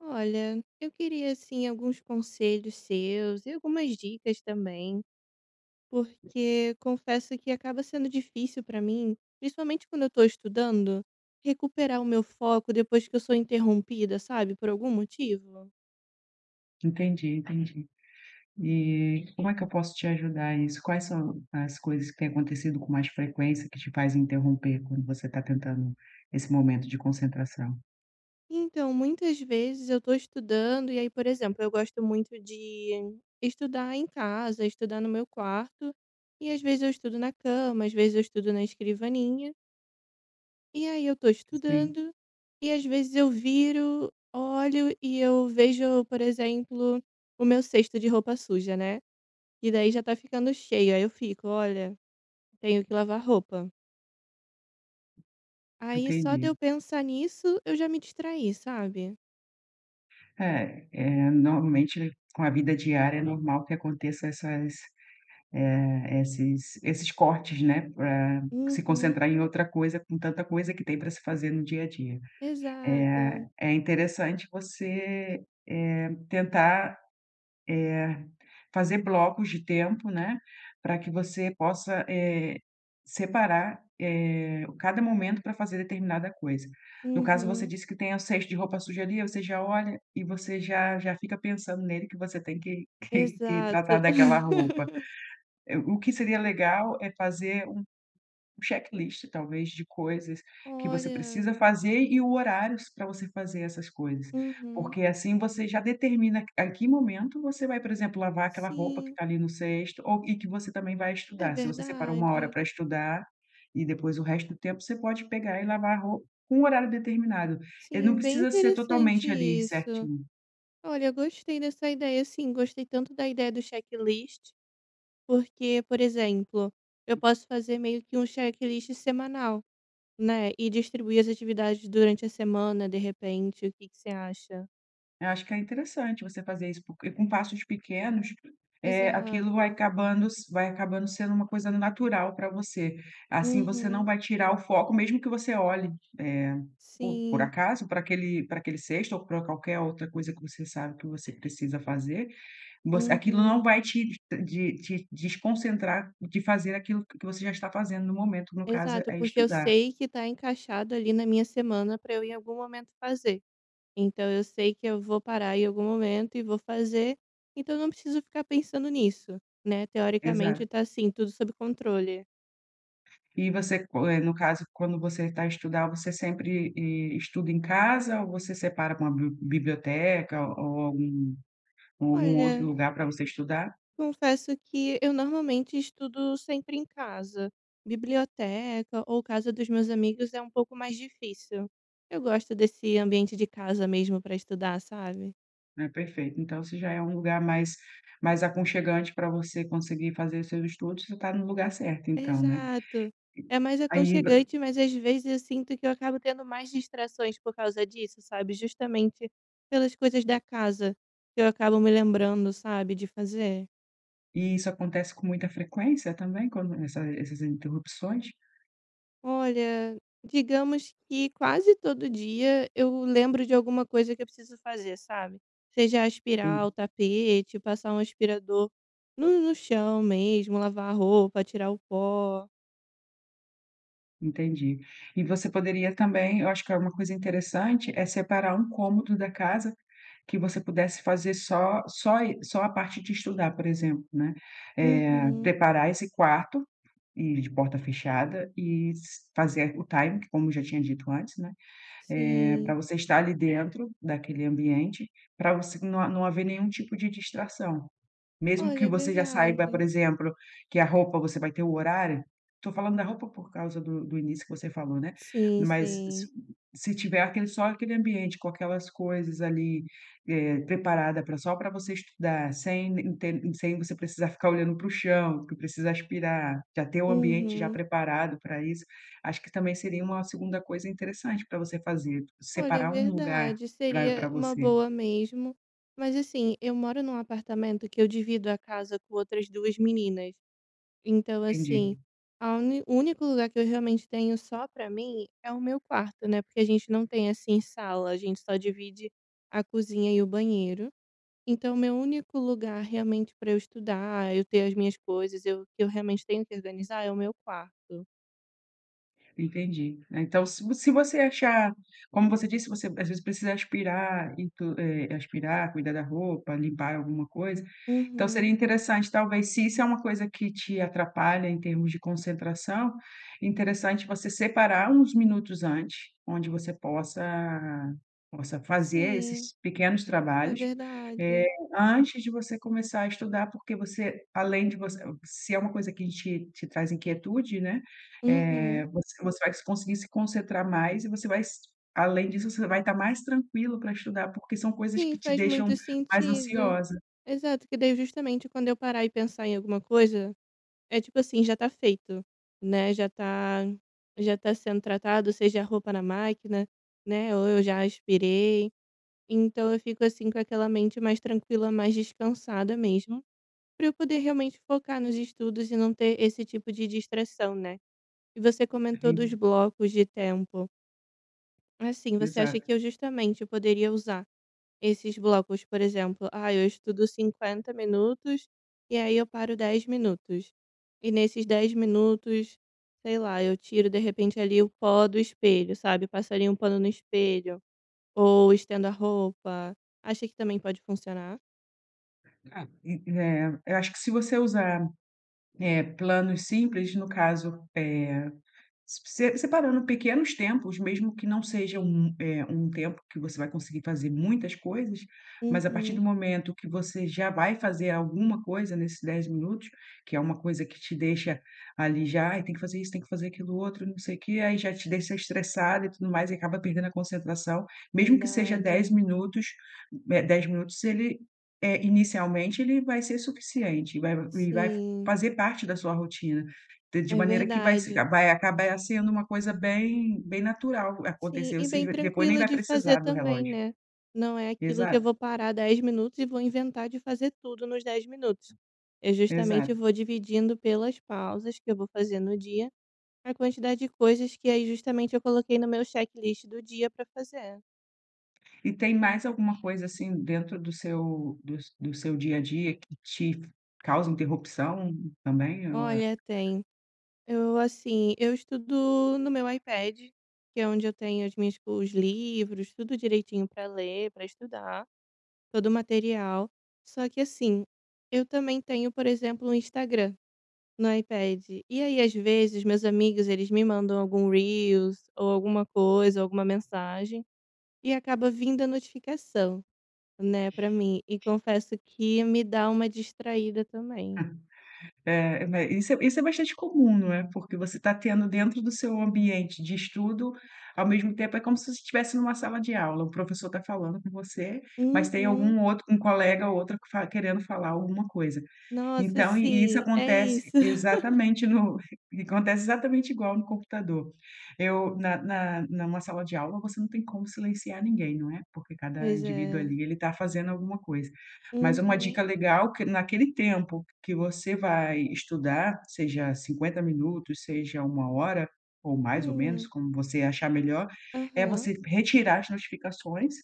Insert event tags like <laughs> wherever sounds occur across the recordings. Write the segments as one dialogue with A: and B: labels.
A: Olha, eu queria assim alguns conselhos seus e algumas dicas também, porque confesso que acaba sendo difícil para mim, principalmente quando eu estou estudando, recuperar o meu foco depois que eu sou interrompida, sabe, por algum motivo.
B: Entendi, entendi. E como é que eu posso te ajudar nisso? Quais são as coisas que têm acontecido com mais frequência que te fazem interromper quando você está tentando esse momento de concentração?
A: Então, muitas vezes eu tô estudando e aí, por exemplo, eu gosto muito de estudar em casa, estudar no meu quarto, e às vezes eu estudo na cama, às vezes eu estudo na escrivaninha. E aí eu tô
B: Sim,
A: estudando, e às vezes eu viro, olho e eu vejo, por exemplo, o meu cesto de roupa suja, né, e daí já tá ficando cheio, aí eu fico: "Olha, tenho que lavar roupa". Aí só de
B: entendi.
A: eu pensar nisso, eu já me distraí, sabe.
B: É normalmente com a vida diária é normal que aconteça essas, eh, esses esses cortes, né, para se
A: Uhum.
B: concentrar em outra coisa com tanta coisa que tem para se fazer no dia a dia. É,
A: Exato.
B: é interessante você tentar fazer blocos de tempo, né, para que você possa separar cada momento para fazer determinada coisa. No caso, você
A: Uhum.
B: disse que tem o cesto de roupa suja ali, você já olha e você já fica pensando nele que você tem que <laughs> que tratar
A: Exato.
B: daquela roupa.
A: <laughs>
B: O que seria legal é fazer um checklist talvez de coisas que você
A: Olha.
B: precisa fazer e o horários para você fazer essas coisas,
A: Uhum.
B: porque assim você já determina a que momento você vai, por exemplo, lavar aquela roupa que
A: Sim,
B: está ali no cesto ou e que você também vai
A: é
B: estudar. Se você separou uma hora
A: verdade.
B: para estudar e depois o resto do tempo você pode pegar e lavar a roupa com um horário determinado. Ele não
A: Sim, bem
B: precisa ser
A: interessante
B: totalmente ali
A: isso.
B: certinho.
A: Olha, gostei dessa ideia, sim. Gostei tanto da ideia do checklist, porque, por exemplo, eu posso fazer meio que um checklist semanal, né? E distribuir as atividades durante a semana, de repente. O que que você acha?
B: Eu acho que é interessante você fazer isso, porque com passos pequenos, aquilo vai
A: Exato.
B: acabando s vai acabando sendo uma coisa natural pra você. Assim, você não
A: Uhum.
B: vai tirar o foco, mesmo que você olhe, eh, por
A: Sim.
B: acaso, pra aquele cesto ou pra qualquer outra coisa que você sabe que você precisa fazer, você aquilo não
A: Uhum.
B: vai te de te desconcentrar de fazer aquilo que você já está fazendo no momento, no caso
A: Exato,
B: é
A: porque eu
B: estudar.
A: sei que tá encaixado ali na minha semana para eu em algum momento fazer. Então eu sei que eu vou parar em algum momento e vou fazer, então eu não preciso ficar pensando nisso, né, teoricamente
B: Exato.
A: tá, assim, tudo sob controle.
B: E você no caso, quando você está a estudar, você sempre estuda em casa ou você separa para uma biblioteca ou algum, ou algum outro
A: Olha,
B: lugar para você estudar?
A: confesso que eu normalmente estudo sempre em casa, biblioteca ou casa dos meus amigos é um pouco mais difícil. Eu gosto desse ambiente de casa mesmo para estudar, sabe?
B: É perfeito. Então, se já é um lugar mais aconchegante para você conseguir fazer os seus estudos, você está no lugar certo, então, né?
A: Exato. É mais
B: Aí, vo-
A: aconchegante, mas às vezes eu sinto que eu acabo tendo mais distrações por causa disso, sabe, justamente pelas coisas da casa que eu acabo me lembrando, sabe, de fazer.
B: e isso acontece com muita frequência também, quando essas interrupções?
A: Olha, digamos que quase todo dia eu lembro de alguma coisa que eu preciso fazer, sabe, seja aspirar
B: En-
A: o tapete, passar um aspirador no chão mesmo, lavar a roupa, tirar o pó.
B: Entendi. E você poderia também, eu acho que é uma coisa interessante, é separar um cômodo da casa que você pudesse fazer só a parte de estudar, por exemplo, né? Eh,
A: Uhum,
B: preparar esse quarto e de porta fechada e s fazer o time, que como eu já tinha dito antes, né, pra
A: sim.
B: você estar ali dentro daquele ambiente, para você não haver nenhum tipo de distração. Mesmo
A: Olha,
B: que
A: é
B: você já saiba, por
A: verdade.
B: exemplo, que a roupa você vai ter o horário, estou falando da roupa por causa do início que você falou, né,
A: Sim,
B: mas se
A: sim.
B: se tiver aquele só aquele ambiente com aquelas coisas ali, preparada para só para você estudar, sem inte sem você precisar ficar olhando para o chão, que precisa aspirar, já ter o ambiente já
A: Uhum.
B: preparado para isso, acho que também seria uma segunda coisa interessante para você fazer,
A: Olha, é
B: separar um lugar
A: verdade,
B: para
A: seria uma
B: você.
A: boa mesmo. Mas assim, eu moro num apartamento que eu divido a casa com outras 2 meninas. Então assim,
B: Entendi.
A: a uni o único lugar que eu realmente tenho só pra mim é o meu quarto, né, porque a gente não tem, assim, sala, a gente só divide a cozinha e o banheiro. Então, o meu único lugar realmente pra eu estudar, eu ter as minhas coisas, eu que eu realmente tenho que organizar é o meu quarto.
B: Entendi. Então se você achar, como você disse, você às vezes precisa aspirar e aspirar, cuidar da roupa, limpar alguma coisa, então seria
A: Uhum.
B: interessante talvez se isso é uma coisa que te atrapalha em termos de concentração, interessante você separar uns minutos antes, onde você possa fazer
A: Sim.
B: esses pequenos
A: É
B: trabalhos, eh,
A: verdade.
B: antes de você começar a estudar, porque você além de você se é uma coisa que te traz inquietude, né,
A: Uhum.
B: você você vai conseguir se concentrar mais e você vai s além disso, você vai estar mais tranquilo para estudar, porque são coisas
A: Sim,
B: que te
A: faz
B: deixam
A: muito
B: mais
A: sentido.
B: ansiosa.
A: Exato, que daí justamente quando eu parar e pensar em alguma coisa, é tipo assim, já tá feito, né? Já tá sendo tratado, seja a roupa na máquina, né? Ou eu já aspirei. Então eu fico assim com aquela mente mais tranquila, mais descansada mesmo, para eu poder realmente focar nos estudos e não ter esse tipo de distração, né? E você comentou
B: E
A: dos blocos de tempo. Assim, você acha
B: exato.
A: que eu justamente poderia usar esses blocos, por exemplo, ah, eu estudo 50 minutos e aí eu paro 10 minutos. E nesses 10 minutos, sei lá, eu tiro de repente ali o pó do espelho, sabe? Passo ali um pano no espelho ou estendo a roupa. Acha que também pode funcionar?
B: Eu acho que se você usar planos simples, no caso. Separando pequenos tempos, mesmo que não seja um tempo que você vai conseguir fazer muitas coisas, mas a partir
A: Uhum,
B: do momento que você já vai fazer alguma coisa nesses 10 minutos, que é uma coisa que te deixa ali já, "Ai, tem que fazer isso, tem que fazer aquilo outro, não sei o quê", aí já te deixa estressado e tudo mais, e acaba perdendo a concentração, mesmo que seja 10
A: verdade.
B: minutos, 10 minutos ele, inicialmente, ele vai ser suficiente, vai, e vai
A: Sim,
B: fazer parte da sua rotina. De
A: é
B: maneira que vai se
A: verdade.
B: vai acabar sendo uma coisa bem natural
A: Sim,
B: acontecer,
A: e
B: vocês
A: bem
B: v depois nem
A: tranquila
B: vai
A: de fazer
B: precisar do
A: também,
B: relógio.
A: né. Não é aquilo que eu
B: Exato,
A: vou parar 10 minutos e vou inventar de fazer tudo nos 10 minutos. Eu justamente
B: exato.
A: vou dividindo pelas pausas que eu vou fazer no dia, a quantidade de coisas que aí justamente eu coloquei no meu checklist do dia para fazer.
B: E tem mais alguma coisa, assim, dentro do seu do seu dia a dia que te causa interrupção também? Ou é
A: Olha, tem. Eu, assim, eu estudo no meu iPad, que é onde eu tenho os livros, tudo direitinho para ler, para estudar. Todo o material. Só que assim, eu também tenho, por exemplo, um Instagram no iPad. E aí, às vezes, meus amigos, eles me mandam algum Reels ou alguma coisa, alguma mensagem, e acaba vindo a notificação, né, pra mim. E confesso que me dá uma distraída também.
B: é, ma Isso é, isso é bastante comum, não é, porque você tá tendo dentro do seu ambiente de estudo, ao mesmo tempo é como se você estivesse numa sala de aula, o professor tá falando com você, mas tem
A: Uhum.
B: algum outro um colega ou outra que fa querendo falar alguma coisa.
A: Nossa,
B: Então, e isso
A: sim, é
B: acontece
A: isso. <laughs>
B: exatamente no <laughs> acontece exatamente igual no computador. Eu na na Numa sala de aula, você não tem como silenciar ninguém, não é, porque cada
A: Pois
B: indivíduo
A: é.
B: ali, ele está fazendo alguma coisa. Mas uma
A: Uhum.
B: dica legal que naquele tempo que você vai estudar, seja 50 minutos, seja uma hora, ou mais ou menos,
A: Uhum.
B: como você achar melhor, é
A: Aham.
B: você retirar as notificações,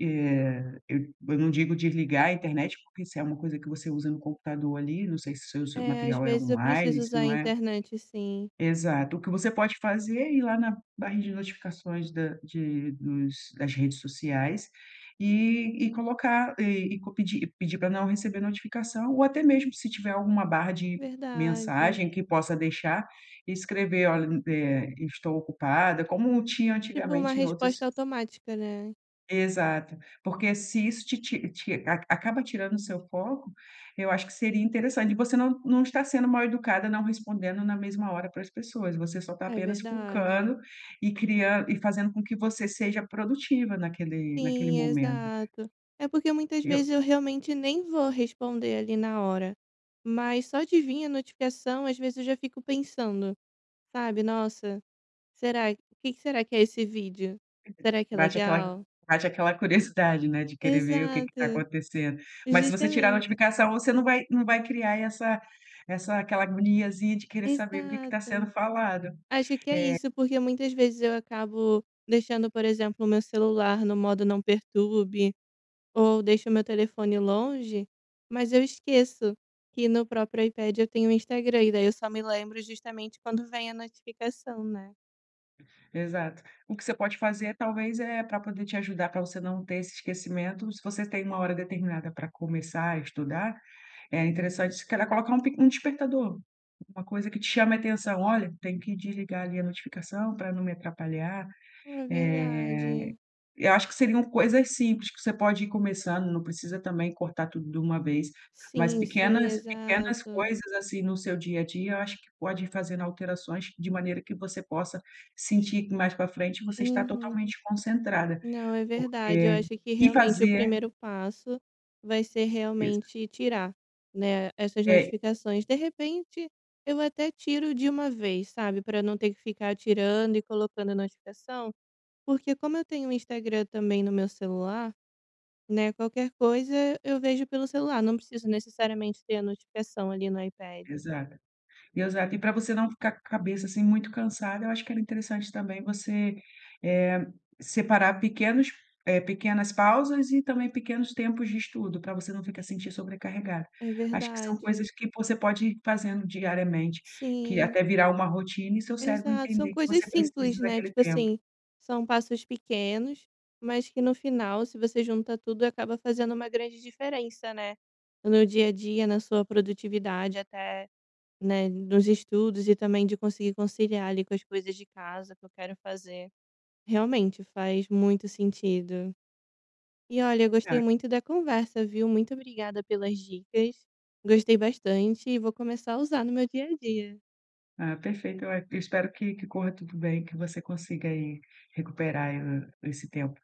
B: eh eu não digo desligar a internet, porque se é uma coisa que você usa no computador ali, não sei se o seu
A: É, às
B: material é
A: vezes eu
B: online,
A: preciso
B: se
A: usar a
B: não é,
A: internet, sim.
B: exato. O que você pode fazer é ir lá na barra de notificações da de dos das redes sociais e colocar e co pedir para não receber notificação, ou até mesmo se tiver alguma barra de
A: Verdade.
B: mensagem que possa deixar, escrever: "Olha, eh, estou ocupada", como tinha
A: Tipo uma
B: antigamente em outros.
A: resposta automática, né.
B: Exato, porque se isso te ti te a acaba tirando o seu foco, eu acho que seria interessante, e você não está sendo mal educada não respondendo na mesma hora para as pessoas, você só está
A: É
B: apenas
A: verdade.
B: focando e criando e fazendo com que você seja produtiva naquele
A: Sim,
B: momento.
A: exato. É porque muitas vezes
B: Eu
A: eu realmente nem vou responder ali na hora, mas só de vir a notificação, às vezes eu já fico pensando, sabe, "Nossa, será o que será que é esse vídeo? Será que é
B: Bate aquela,
A: legal?"
B: bate aquela curiosidade, né, de querer ver o que está
A: Exato,
B: acontecendo, mas se você tirar a
A: justamente.
B: notificação, você não vai criar essa aquela agoniazinha de querer saber o que está sendo
A: Exato.
B: falado.
A: Acho que é isso, porque muitas vezes eu acabo deixando, por exemplo, o meu celular no modo não perturbe. Ou deixo meu telefone longe, mas eu esqueço que no próprio iPad eu tenho o Instagram, e daí eu só me lembro justamente quando vem a notificação, né.
B: Exato. O que você pode fazer, talvez, é para poder te ajudar, para você não ter esse esquecimento, se você tem uma hora determinada para começar a estudar, é interessante, se calhar, colocar um um despertador, uma coisa que te chame a atenção. Olha, tem que desligar ali a notificação para não me atrapalhar.
A: É
B: eh,
A: verdade.
B: eu acho que seriam coisas simples que você pode ir começando, não precisa também cortar tudo de uma vez, mas
A: Sim, sim,
B: pequenas
A: exato.
B: coisas, assim, no seu dia a dia, eu acho que pode ir fazendo alterações de maneira que você possa sentir que mais para frente você está
A: Uhum.
B: totalmente concentrada,
A: Não, é verdade, eu
B: porque
A: acho que
B: e
A: realmente o
B: fazer
A: primeiro passo vai ser
B: exa
A: realmente tirar, né, essas
B: é,
A: notificações. De repente, eu até tiro de uma vez, sabe, para não ter que ficar tirando e colocando a notificação. Porque como eu tenho o Instagram também no meu celular, né, qualquer coisa eu vejo pelo celular, não preciso necessariamente ter a notificação ali no iPad.
B: exato. Exato. E para você não ficar com a cabeça, assim, muito cansada, eu acho que era interessante também você, eh, separar pequenas pausas e também pequenos tempos de estudo, para você não ficar sentir sobrecarregada.
A: É
B: Acho que são
A: verdade.
B: coisas que você pode ir fazendo diariamente, que
A: Sim,
B: até virar uma rotina e seu cérebro
A: exato. São
B: entender que
A: coisas
B: você
A: simples,
B: precisa
A: né,
B: daquele
A: tipo
B: tempo.
A: assim, são passos pequenos, mas que no final, se você junta tudo, acaba fazendo uma grande diferença, né, no dia a dia, na sua produtividade, até, né, nos estudos e também de conseguir conciliar ali com as coisas de casa que eu quero fazer. Realmente, faz muito sentido. E olha, eu gostei
B: Ah,
A: muito da conversa, viu? Muito obrigada pelas dicas. Gostei bastante e vou começar a usar no meu dia a dia.
B: ah, perfeito. Eu espero que corra tudo bem, que você consiga aí recuperar esse tempo.